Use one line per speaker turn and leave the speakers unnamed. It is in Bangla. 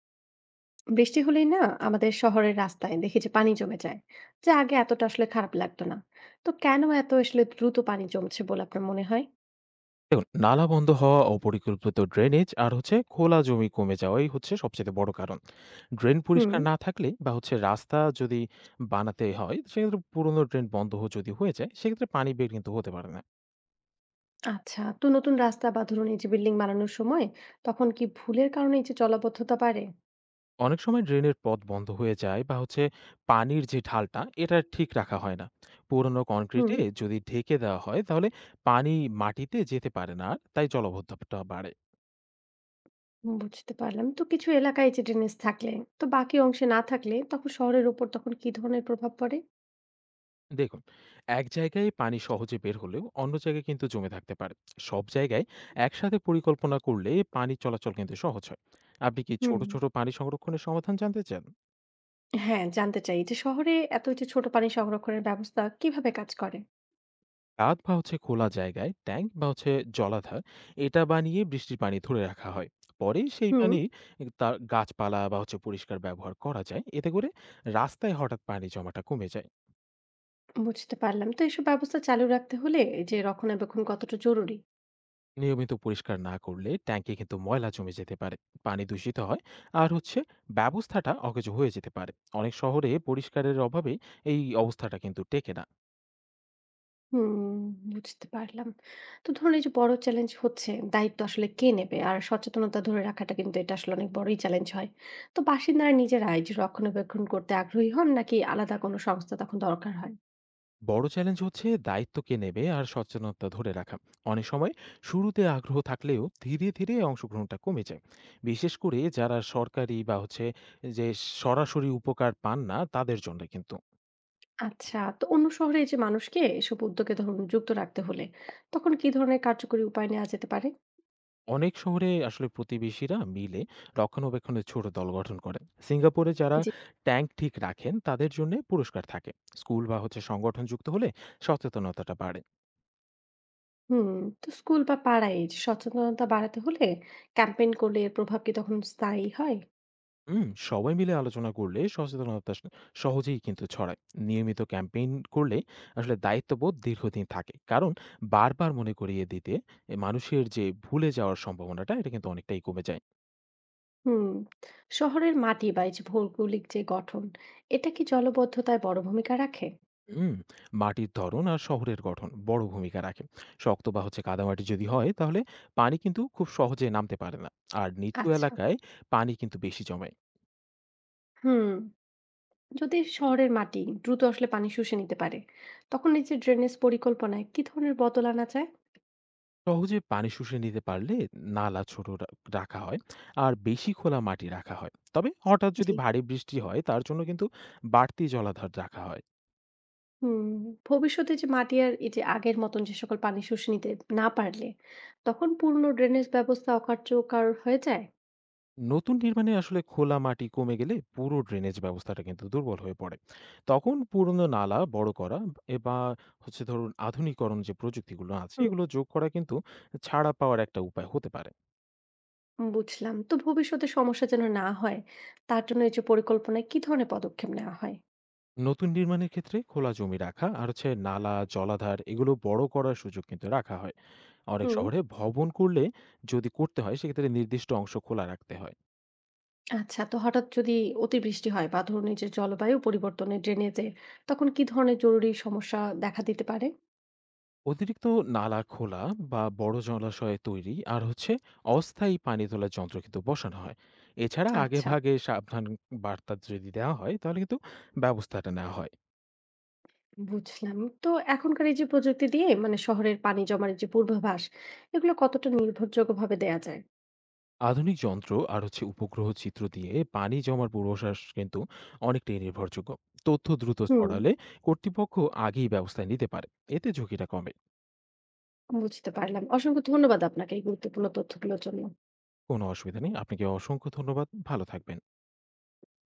বৃষ্টি হলেই না আমাদের শহরের রাস্তায় দেখি যে পানি জমে যায়, যা আগে এতটা খারাপ লাগতো না। তো কেন এত দ্রুত পানি জমছে বলে আপনার মনে হয়?
দেখুন, নালা বন্ধ হওয়া, অপরিকল্পিত ড্রেনেজ আর খোলা জমি কমে যাওয়াই হচ্ছে সবচেয়ে বড় কারণ। ড্রেন
হুম।
পরিষ্কার না থাকলে বা হচ্ছে রাস্তা যদি বানাতে হয়, সেক্ষেত্রে পুরোনো ড্রেন বন্ধ যদি হয়ে যায়, সেক্ষেত্রে পানি বের কিন্তু হতে পারে না।
আচ্ছা, তো নতুন রাস্তা বা ধরুন এই যে বিল্ডিং বানানোর সময় তখন কি ভুলের কারণে এই যে জলাবদ্ধতা পারে?
অনেক সময় ড্রেনের পথ বন্ধ হয়ে যায় বা হচ্ছে পানির যে ঢালটা, এটা ঠিক রাখা হয় না। পুরোনো
হুম,
কনক্রিটে যদি ঢেকে দেওয়া হয়, তাহলে পানি মাটিতে যেতে পারে না আর, তাই জলাবদ্ধতা বাড়ে।
বুঝতে পারলাম। তো কিছু এলাকায় যে ড্রেনেজ থাকলে, তো বাকি অংশে না থাকলে তখন শহরের উপর তখন কি ধরনের প্রভাব পড়ে?
দেখুন, এক জায়গায় পানি সহজে বের হলেও অন্য জায়গায় কিন্তু জমে থাকতে পারে। সব জায়গায় একসাথে পরিকল্পনা করলে পানি চলাচল কিন্তু সহজ হয়। আপনি কি ছোট
হুম,
ছোট পানি সংরক্ষণের সমাধান জানতে চান?
হ্যাঁ, জানতে চাই যে শহরে এত যে ছোট পানি সংরক্ষণের ব্যবস্থা কিভাবে কাজ করে।
কাঁধ বা হচ্ছে খোলা জায়গায় ট্যাঙ্ক বা হচ্ছে জলাধার এটা বানিয়ে বৃষ্টির পানি ধরে রাখা হয়। পরে সেই
হুম,
পানি তার গাছপালা বা হচ্ছে পরিষ্কার ব্যবহার করা যায়। এতে করে রাস্তায় হঠাৎ পানি জমাটা কমে যায়।
বুঝতে পারলাম। তো এসব ব্যবস্থা চালু রাখতে হলে এই যে রক্ষণাবেক্ষণ কতটা জরুরি?
নিয়মিত পরিষ্কার না করলে ট্যাঙ্কে কিন্তু ময়লা জমে যেতে পারে, পানি দূষিত হয়, আর হচ্ছে ব্যবস্থাটা অকেজো হয়ে যেতে পারে। অনেক শহরে পরিষ্কারের অভাবে এই অবস্থাটা কিন্তু টেকে না।
হুম, বুঝতে পারলাম। তো ধরুন এই যে বড় চ্যালেঞ্জ হচ্ছে দায়িত্ব কে নেবে? আর সচেতনতা ধরে রাখাটা কিন্তু এটা অনেক বড়ই চ্যালেঞ্জ হয়। তো বাসিন্দারা নিজেরা এই যে রক্ষণাবেক্ষণ করতে আগ্রহী হন, নাকি আলাদা কোনো সংস্থা তখন দরকার হয়?
বড় চ্যালেঞ্জ হচ্ছে দায়িত্ব কে নেবে আর সচেতনতা ধরে রাখা। অনেক সময় শুরুতে আগ্রহ থাকলেও ধীরে ধীরে অংশগ্রহণটা কমে যায়, বিশেষ করে যারা সরকারি বা হচ্ছে যে সরাসরি উপকার পান না তাদের জন্য কিন্তু।
আচ্ছা, তো অন্য শহরে এই যে মানুষকে এসব উদ্যোগে ধরুন যুক্ত রাখতে হলে তখন কি ধরনের কার্যকরী উপায় নেওয়া যেতে পারে?
অনেক শহরে আসলে প্রতিবেশীরা মিলে রক্ষণাবেক্ষণের ছোট দল গঠন করেন। সিঙ্গাপুরে যারা ট্যাঙ্ক ঠিক রাখেন তাদের জন্য পুরস্কার থাকে। স্কুল বা হচ্ছে সংগঠন যুক্ত হলে সচেতনতাটা বাড়ে।
হুম, তো স্কুল বা পাড়ায় এই যে সচেতনতা বাড়াতে হলে ক্যাম্পেইন করলে এর প্রভাব কি তখন স্থায়ী হয়?
হুম, সবাই মিলে আলোচনা করলে সচেতনতা সহজেই কিন্তু ছড়ায়। নিয়মিত ক্যাম্পেইন করলে আসলে দায়িত্ববোধ দীর্ঘদিন থাকে, কারণ বারবার মনে করিয়ে দিতে এ মানুষের যে ভুলে যাওয়ার সম্ভাবনাটা এটা কিন্তু অনেকটাই কমে যায়।
হুম, শহরের মাটি বা এই যে ভৌগোলিক যে গঠন, এটা কি জলবদ্ধতায় বড় ভূমিকা রাখে?
হুম, মাটির ধরন আর শহরের গঠন বড় ভূমিকা রাখে। শক্ত বা কাদামাটি যদি হয় তাহলে পানি কিন্তু খুব সহজে নামতে পারে না। আর নিচু
আচ্ছা।
এলাকায় পানি কিন্তু বেশি জমে।
হুম, যদি শহরের মাটি দ্রুত পানি শুষে নিতে পারে তখন এই যে ড্রেনেজ পরিকল্পনায় কি ধরনের বদল আনা যায়?
সহজে পানি শুষে নিতে পারলে নালা রাখা হয়, আর বেশি খোলা মাটি রাখা হয়। তবে হঠাৎ যদি
জি।
ভারী বৃষ্টি হয় তার জন্য কিন্তু বাড়তি জলাধার রাখা হয়।
হুম, ভবিষ্যতে যে মাটি আর এই যে আগের মতন যে সকল পানি শুষে নিতে না পারলে তখন পূর্ণ ড্রেনেজ ব্যবস্থা অকার্যকর হয়ে যায়।
নতুন নির্মাণে আসলে খোলা মাটি কমে গেলে পুরো ড্রেনেজ ব্যবস্থাটা কিন্তু দুর্বল হয়ে পড়ে। তখন পুরনো নালা বড় করা এ বা হচ্ছে ধরুন আধুনিকরণ যে প্রযুক্তিগুলো আছে এগুলো যোগ করা কিন্তু ছাড়া পাওয়ার একটা উপায় হতে পারে।
বুঝলাম। তো ভবিষ্যতে সমস্যা যেন না হয়, তার জন্য এই যে পরিকল্পনায় কি ধরনের পদক্ষেপ নেওয়া হয়?
নতুন নির্মাণের ক্ষেত্রে খোলা জমি রাখা আর হচ্ছে নালা জলাধার এগুলো বড় করার সুযোগ কিন্তু রাখা হয়। অনেক
হুম।
শহরে ভবন করলে, যদি করতে হয় সেক্ষেত্রে নির্দিষ্ট অংশ খোলা রাখতে হয়।
আচ্ছা, তো হঠাৎ যদি অতিবৃষ্টি হয় বা ধরুন এই যে জলবায়ু পরিবর্তনে ড্রেনেজে তখন কি ধরনের জরুরি সমস্যা দেখা দিতে পারে?
অতিরিক্ত নালা খোলা বা বড় জলাশয়ে তৈরি আর হচ্ছে অস্থায়ী পানি তোলার যন্ত্র কিন্তু বসানো হয়। এছাড়া আগে
আচ্ছা,
ভাগে সাবধান বার্তা যদি দেওয়া হয় তাহলে কিন্তু ব্যবস্থাটা নেওয়া হয়।
বুঝলাম। তো এখনকার এই যে প্রযুক্তি দিয়ে মানে শহরের পানি জমার যে পূর্বাভাস এগুলো কতটা নির্ভরযোগ্য ভাবে দেয়া যায়?
আধুনিক যন্ত্র আর হচ্ছে উপগ্রহ চিত্র দিয়ে পানি জমার পূর্বাভাস কিন্তু অনেকটাই নির্ভরযোগ্য। তথ্য দ্রুত
হুম।
ছড়ালে কর্তৃপক্ষ আগেই ব্যবস্থা নিতে পারে, এতে ঝুঁকিটা কমে।
বুঝতে পারলাম। অসংখ্য ধন্যবাদ আপনাকে এই গুরুত্বপূর্ণ তথ্যগুলোর জন্য।
কোনো অসুবিধা নেই, আপনাকে অসংখ্য ধন্যবাদ, ভালো থাকবেন।